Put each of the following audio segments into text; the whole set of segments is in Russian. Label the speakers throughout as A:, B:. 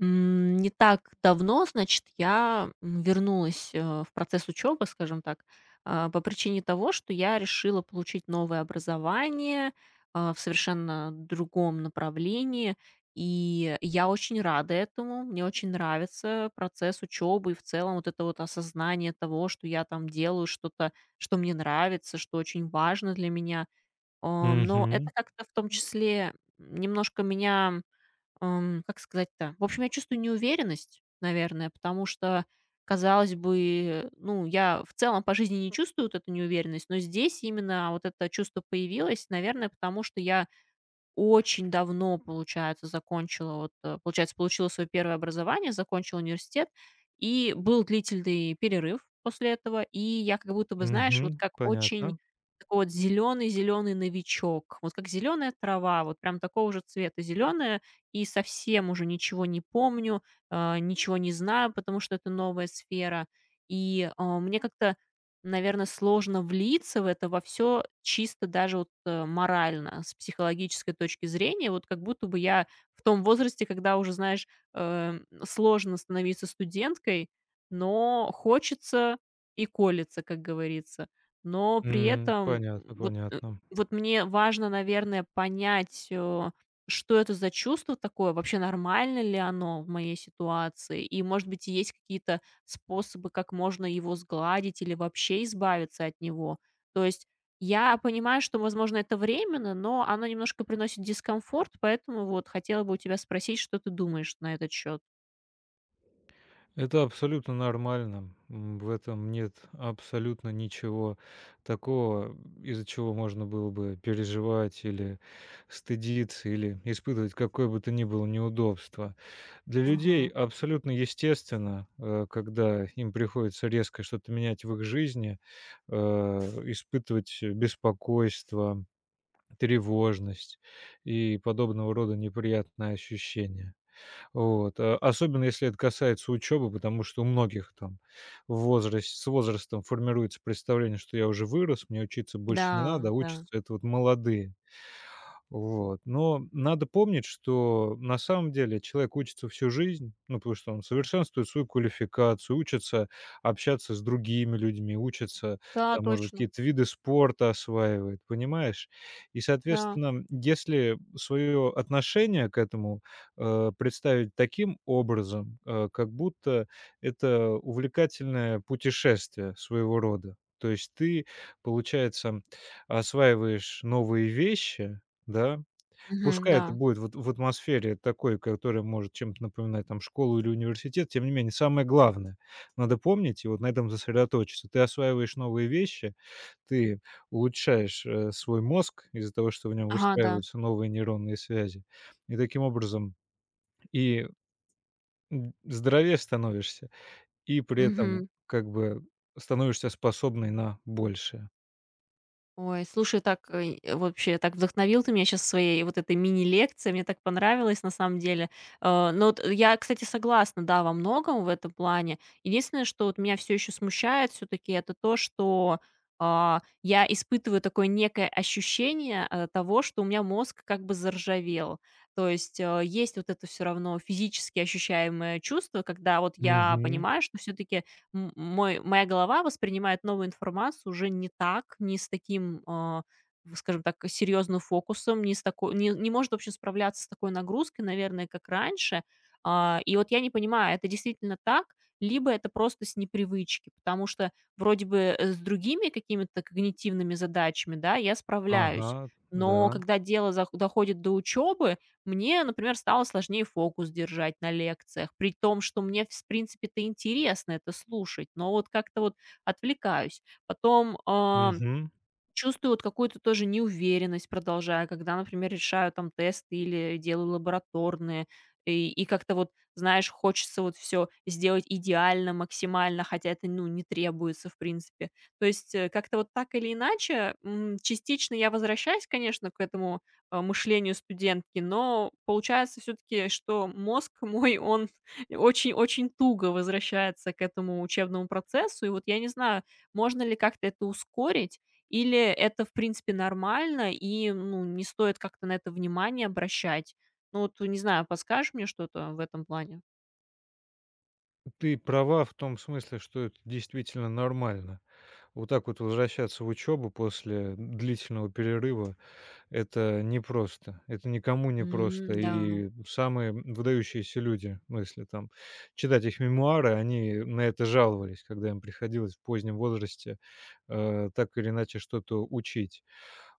A: Не так давно, значит, я, вернулась, в процесс учебы, скажем так, а, по причине того, что я решила получить новое образование, а, в совершенно другом направлении. И я очень рада этому. Мне очень нравится процесс учебы и в целом вот это вот осознание того, что я там делаю что-то, что мне нравится, что очень важно для меня. А, но
B: Мгм,
A: это как-то в том числе немножко меня. Как сказать-то? В общем, я чувствую неуверенность, наверное, потому что, казалось бы, ну, я в целом по жизни не чувствую вот эту неуверенность, но здесь именно вот это чувство появилось, наверное, потому что я очень давно, получается, закончила вот, получается, получила свое первое образование, закончила университет, и был длительный перерыв после этого. И я как будто бы, знаешь, вот
B: мгм.
A: как очень
B: Понятно.
A: такой вот зеленый зеленый новичок, вот как зеленая трава, вот прям такого же цвета зеленая, и совсем уже ничего не помню, ничего не знаю, потому что это новая сфера. И, мне как-то, наверное, сложно влиться в это во все чисто даже вот, морально, с психологической точки зрения. Вот как будто бы я в том возрасте, когда уже, знаешь, сложно становиться студенткой, но хочется и колется, как говорится. Но при этом
B: Понятно,
A: вот,
B: понятно.
A: вот мне важно, наверное, понять, что это за чувство такое, вообще нормально ли оно в моей ситуации, и, может быть, есть какие-то способы, как можно его сгладить или вообще избавиться от него. То есть я понимаю, что, возможно, это временно, но оно немножко приносит дискомфорт, поэтому вот хотела бы у тебя спросить, что ты думаешь на этот счет.
B: Это абсолютно нормально. В этом нет абсолютно ничего такого, из-за чего можно было бы переживать, или стыдиться, или испытывать какое бы то ни было неудобство. Для людей
A: Ага.
B: абсолютно естественно, когда им приходится резко что-то менять в их жизни, э, испытывать беспокойство, тревожность и подобного рода неприятные ощущения. Вот, а, особенно если это касается учебы, потому что у многих там в возрас с возрастом формируется представление, что я уже вырос, мне учиться больше не
A: Да,
B: надо, а
A: да.
B: учатся это вот молодые. Вот. Но надо помнить, что на самом деле человек учится всю жизнь, ну, потому что он совершенствует свою квалификацию, учится общаться с другими людьми, учится,
A: Да,
B: там, может быть,
A: точно.
B: какие-то виды спорта осваивает, понимаешь? И,
A: Да.
B: соответственно, если свое отношение к этому представить таким образом, как будто это увлекательное путешествие своего рода, то есть ты, получается, осваиваешь новые вещи, да?
A: Мгм,
B: Пускай это
A: да.
B: будет вот в атмосфере такой, которая может чем-то напоминать там школу или университет, тем не менее, самое главное надо помнить и вот на этом сосредоточиться. Ты осваиваешь новые вещи, ты улучшаешь, свой мозг из-за того, что в нем
A: Ага, да.
B: выстраиваются новые нейронные связи. И таким образом и, м, здоровее становишься, и при этом
A: Мгм.
B: как бы становишься способной на большее.
A: Ой, слушай, так, вообще, так вдохновил ты меня сейчас своей вот этой мини-лекцией, мне так понравилось на самом деле. Но вот я, кстати, согласна, да, во многом в этом плане. Единственное, что вот меня все еще смущает все-таки, это то, что а, я испытываю такое некое ощущение, того, что у меня мозг как бы заржавел. То есть, есть вот это все равно физически ощущаемое чувство, когда вот я
B: Мгм.
A: понимаю, что все-таки м мой моя голова воспринимает новую информацию уже не так, не с таким, а, в, скажем так, серьезным фокусом, не с такой, не может вообще справляться с такой нагрузкой, наверное, как раньше. А, и вот я не понимаю, это действительно так, либо это просто с непривычки, потому что вроде бы, с другими какими-то когнитивными задачами, да, я справляюсь,
B: Ага,
A: но
B: да.
A: когда дело зах доходит до учебы, мне, например, стало сложнее фокус держать на лекциях, при том, что мне, в принципе-то, интересно это слушать, но вот как-то вот отвлекаюсь. Потом,
B: Мгм.
A: чувствую вот какую-то тоже неуверенность, продолжая, когда, например, решаю там тесты или делаю лабораторные. И как-то вот, знаешь, хочется вот все сделать идеально, максимально, хотя это, ну, не требуется, в принципе. То есть, как-то вот так или иначе, частично я возвращаюсь, конечно, к этому, мышлению студентки, но получается все-таки, что мозг мой, он очень-очень туго возвращается к этому учебному процессу. И вот я не знаю, можно ли как-то это ускорить, или это, в принципе, нормально и, ну, не стоит как-то на это внимание обращать? Ну, вот, не знаю, подскажешь мне что-то в этом плане?
B: Ты права в том смысле, что это действительно нормально. Вот так вот возвращаться в учебу после длительного перерыва — это непросто. Это никому не
A: М,
B: просто.
A: да.
B: И самые выдающиеся люди, ну, если там читать их мемуары, они на это жаловались, когда им приходилось в позднем возрасте, так или иначе что-то учить.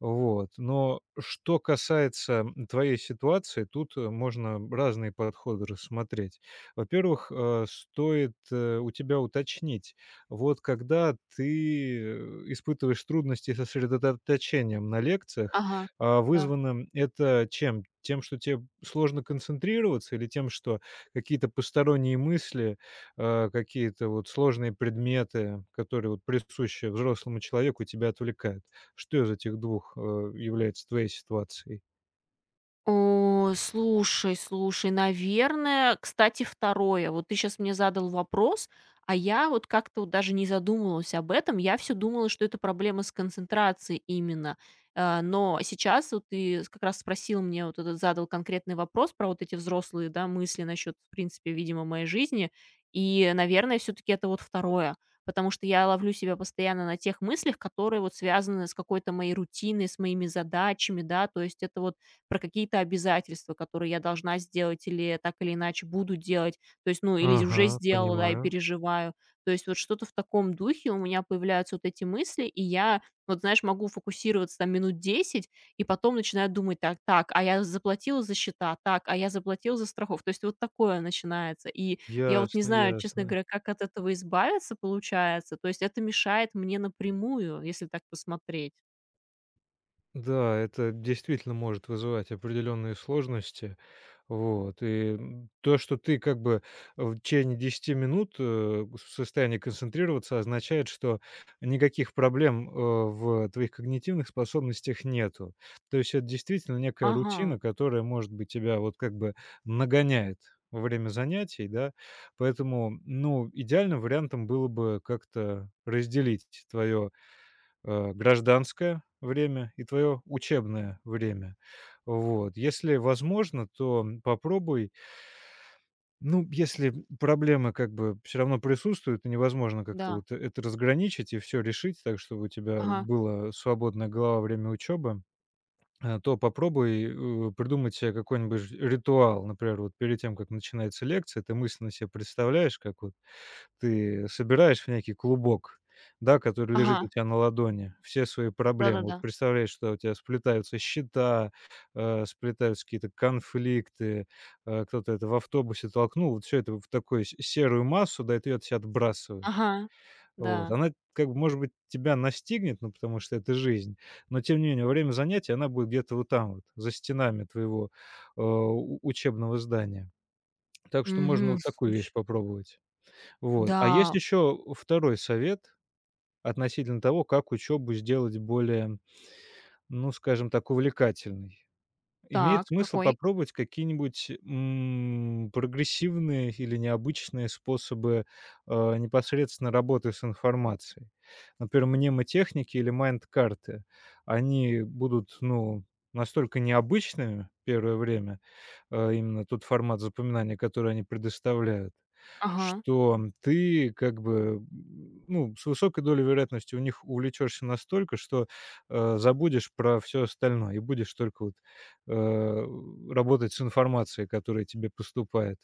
B: Вот. Но что касается м, твоей ситуации, тут можно разные подходы рассмотреть. Во-первых, стоит у тебя уточнить, вот когда ты испытываешь трудности со сосредоточением на лекциях,
A: Ага,
B: а
A: да.
B: вызвано это чем? Тем, что тебе сложно концентрироваться, или тем, что какие-то посторонние мысли, какие-то вот сложные предметы, которые вот присущи взрослому человеку, тебя отвлекают? Что из этих двух является твоей ситуацией?
A: О, слушай, слушай, наверное, кстати, второе. Вот ты сейчас мне задал вопрос, а я вот как-то вот даже не задумывалась об этом. Я все думала, что это проблема с концентрацией именно. Но сейчас вот ты как раз спросил мне, вот этот задал конкретный вопрос про вот эти взрослые, да, мысли насчет, в принципе, видимо, моей жизни. И, наверное, все-таки это вот второе. Потому что я ловлю себя постоянно на тех мыслях, которые вот связаны с какой-то моей рутиной, с моими задачами, да, то есть это вот про какие-то обязательства, которые я должна сделать или так или иначе буду делать, то есть, ну, или уже
B: Ага,
A: сделала, да, и
B: понимаю.
A: переживаю. То есть вот что-то в таком духе у меня появляются вот эти мысли, и я, вот знаешь, могу фокусироваться там минут 10, и потом начинаю думать: так, так, а я заплатила за счета, так, а я заплатила за страховку. То есть вот такое начинается. И я вот не
B: Ясно,
A: знаю, честно
B: ясно.
A: говоря, как от этого избавиться получается. То есть это мешает мне напрямую, если так посмотреть.
B: Да, это действительно может вызывать определенные сложности. Вот. И м, то, что ты как бы в течение десяти минут в состоянии концентрироваться, означает, что никаких проблем в твоих когнитивных способностях нету. То есть это действительно некая
A: Ага,
B: рутина, которая, может быть, тебя вот как бы нагоняет во время занятий, да, поэтому, ну, идеальным вариантом было бы как-то разделить твое гражданское время и твое учебное время. Вот. Если возможно, то попробуй. Ну, если проблемы как бы все равно присутствуют, и невозможно как-то
A: да,
B: вот это разграничить и все решить так, чтобы у тебя
A: ага,
B: была свободная голова во время учебы, то попробуй придумать себе какой-нибудь ритуал. Например, вот перед тем, как начинается лекция, ты мысленно себе представляешь, как вот ты собираешь в некий клубок, да, который
A: ага,
B: лежит у тебя на ладони, все свои проблемы. Вот
A: да-да-да.
B: представляешь, что у тебя сплетаются счета, сплетаются какие-то конфликты, кто-то это в автобусе толкнул. Вот все это в такую с серую массу, да, и ты её от себя отбрасываешь.
A: Ага,
B: Вот.
A: да.
B: Она как бы, может быть, тебя настигнет, ну, потому что это жизнь, но тем не менее во время занятий она будет где-то вот там вот, за стенами твоего, э, у учебного здания. Так что можно
A: Мгм,
B: вот такую вещь
A: слушай.
B: попробовать. Вот. А есть
A: Да,
B: еще второй совет относительно того, как учебу сделать более, ну, скажем так, увлекательной. Имеет
A: так,
B: смысл
A: какой?
B: попробовать какие-нибудь, м, прогрессивные или необычные способы, непосредственно работы с информацией. Например, мнемотехники или майнд-карты. Они будут, ну, настолько необычными первое время, именно тот формат запоминания, который они предоставляют,
A: Ага.
B: что ты как бы, м, ну, с высокой долей вероятности у них увлечешься настолько, что, забудешь про все остальное и будешь только вот э, работать с информацией, которая тебе поступает.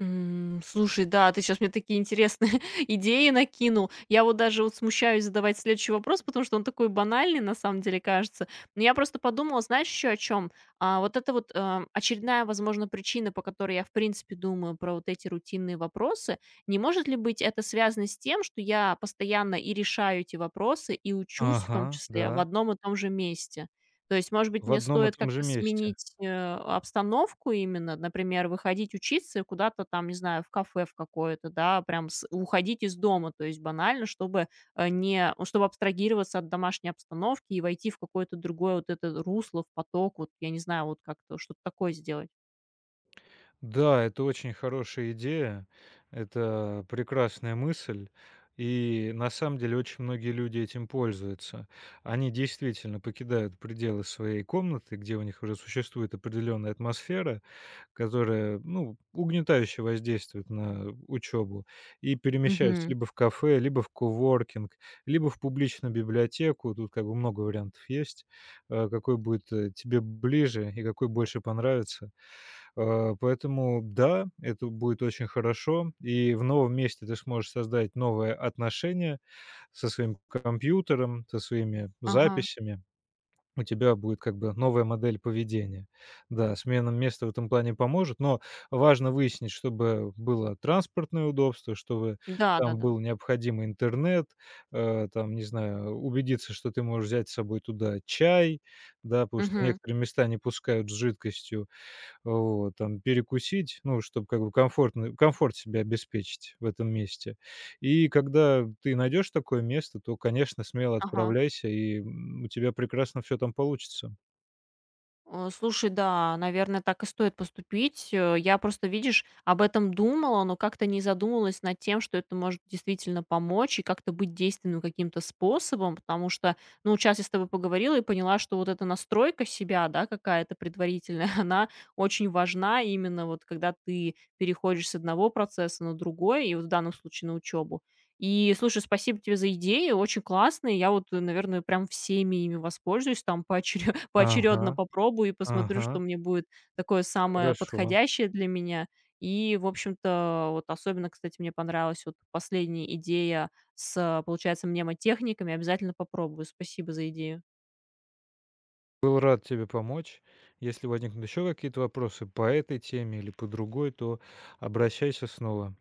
A: Слушай, да, ты сейчас мне такие интересные идеи накинул. Я вот даже вот смущаюсь задавать следующий вопрос, потому что он такой банальный, на самом деле, кажется. Но я просто подумала, знаешь, еще о чем. А, вот это вот, очередная, возможно, причина, по которой я, в принципе, думаю про вот эти рутинные вопросы. Не может ли быть это связано с тем, что я постоянно и решаю эти вопросы, и учусь, в том
B: Ага,
A: числе, в
B: да.
A: одном и том же месте? То есть, может быть,
B: В
A: мне
B: одном и
A: стоит
B: том же
A: как-то
B: месте.
A: сменить, обстановку именно, например, выходить учиться и куда-то там, не знаю, в кафе в какое-то, да, прям с уходить из дома, то есть банально, чтобы, не, ну, чтобы абстрагироваться от домашней обстановки и войти в какое-то другое вот это русло, в поток, вот, я не знаю, вот как-то что-то такое сделать.
B: Да, это очень хорошая идея, это прекрасная мысль. И на самом деле очень многие люди этим пользуются. Они действительно покидают пределы своей комнаты, где у них уже существует определенная атмосфера, которая, ну, угнетающе воздействует на учебу, и перемещаются
A: Мгм.
B: либо в кафе, либо в коворкинг, либо в публичную библиотеку. Тут как бы много вариантов есть, какой будет тебе ближе и какой больше понравится. Поэтому да, это будет очень хорошо, и в новом месте ты сможешь создать новые отношения со своим компьютером, со своими
A: Ага.
B: записями, у тебя будет как бы новая модель поведения. Да, смена места в этом плане поможет, но важно выяснить, чтобы было транспортное удобство, чтобы там
A: Да-да-да.
B: был необходимый интернет, там, не знаю, убедиться, что ты можешь взять с собой туда чай, да, потому что в
A: Мгм.
B: некоторые места не пускают с жидкостью, вот, там перекусить, ну, чтобы как бы комфорт себе обеспечить в этом месте. И когда ты найдешь такое место, то, конечно, смело
A: Ага.
B: отправляйся, и, м, у тебя прекрасно все там получится.
A: Слушай, да, наверное, так и стоит поступить. Я просто, видишь, об этом думала, но как-то не задумывалась над тем, что это может действительно помочь и как-то быть действенным каким-то способом, потому что, ну, сейчас я с тобой поговорила и поняла, что вот эта настройка себя, да, какая-то предварительная, она очень важна именно вот когда ты переходишь с одного процесса на другой, и вот в данном случае на учебу. И, слушай, спасибо тебе за идеи, очень классные. Я вот, наверное, прям всеми ими воспользуюсь там поочерёдно
B: Ага,
A: поочередно попробую и посмотрю,
B: ага,
A: что мне будет такое самое
B: хорошо.
A: подходящее для меня. И, в общем-то, вот особенно, кстати, мне понравилась вот последняя идея с, получается, мнемотехниками. Обязательно попробую. Спасибо за идею.
B: Был рад тебе помочь. Если возникнут еще какие-то вопросы по этой теме или по другой, то обращайся снова.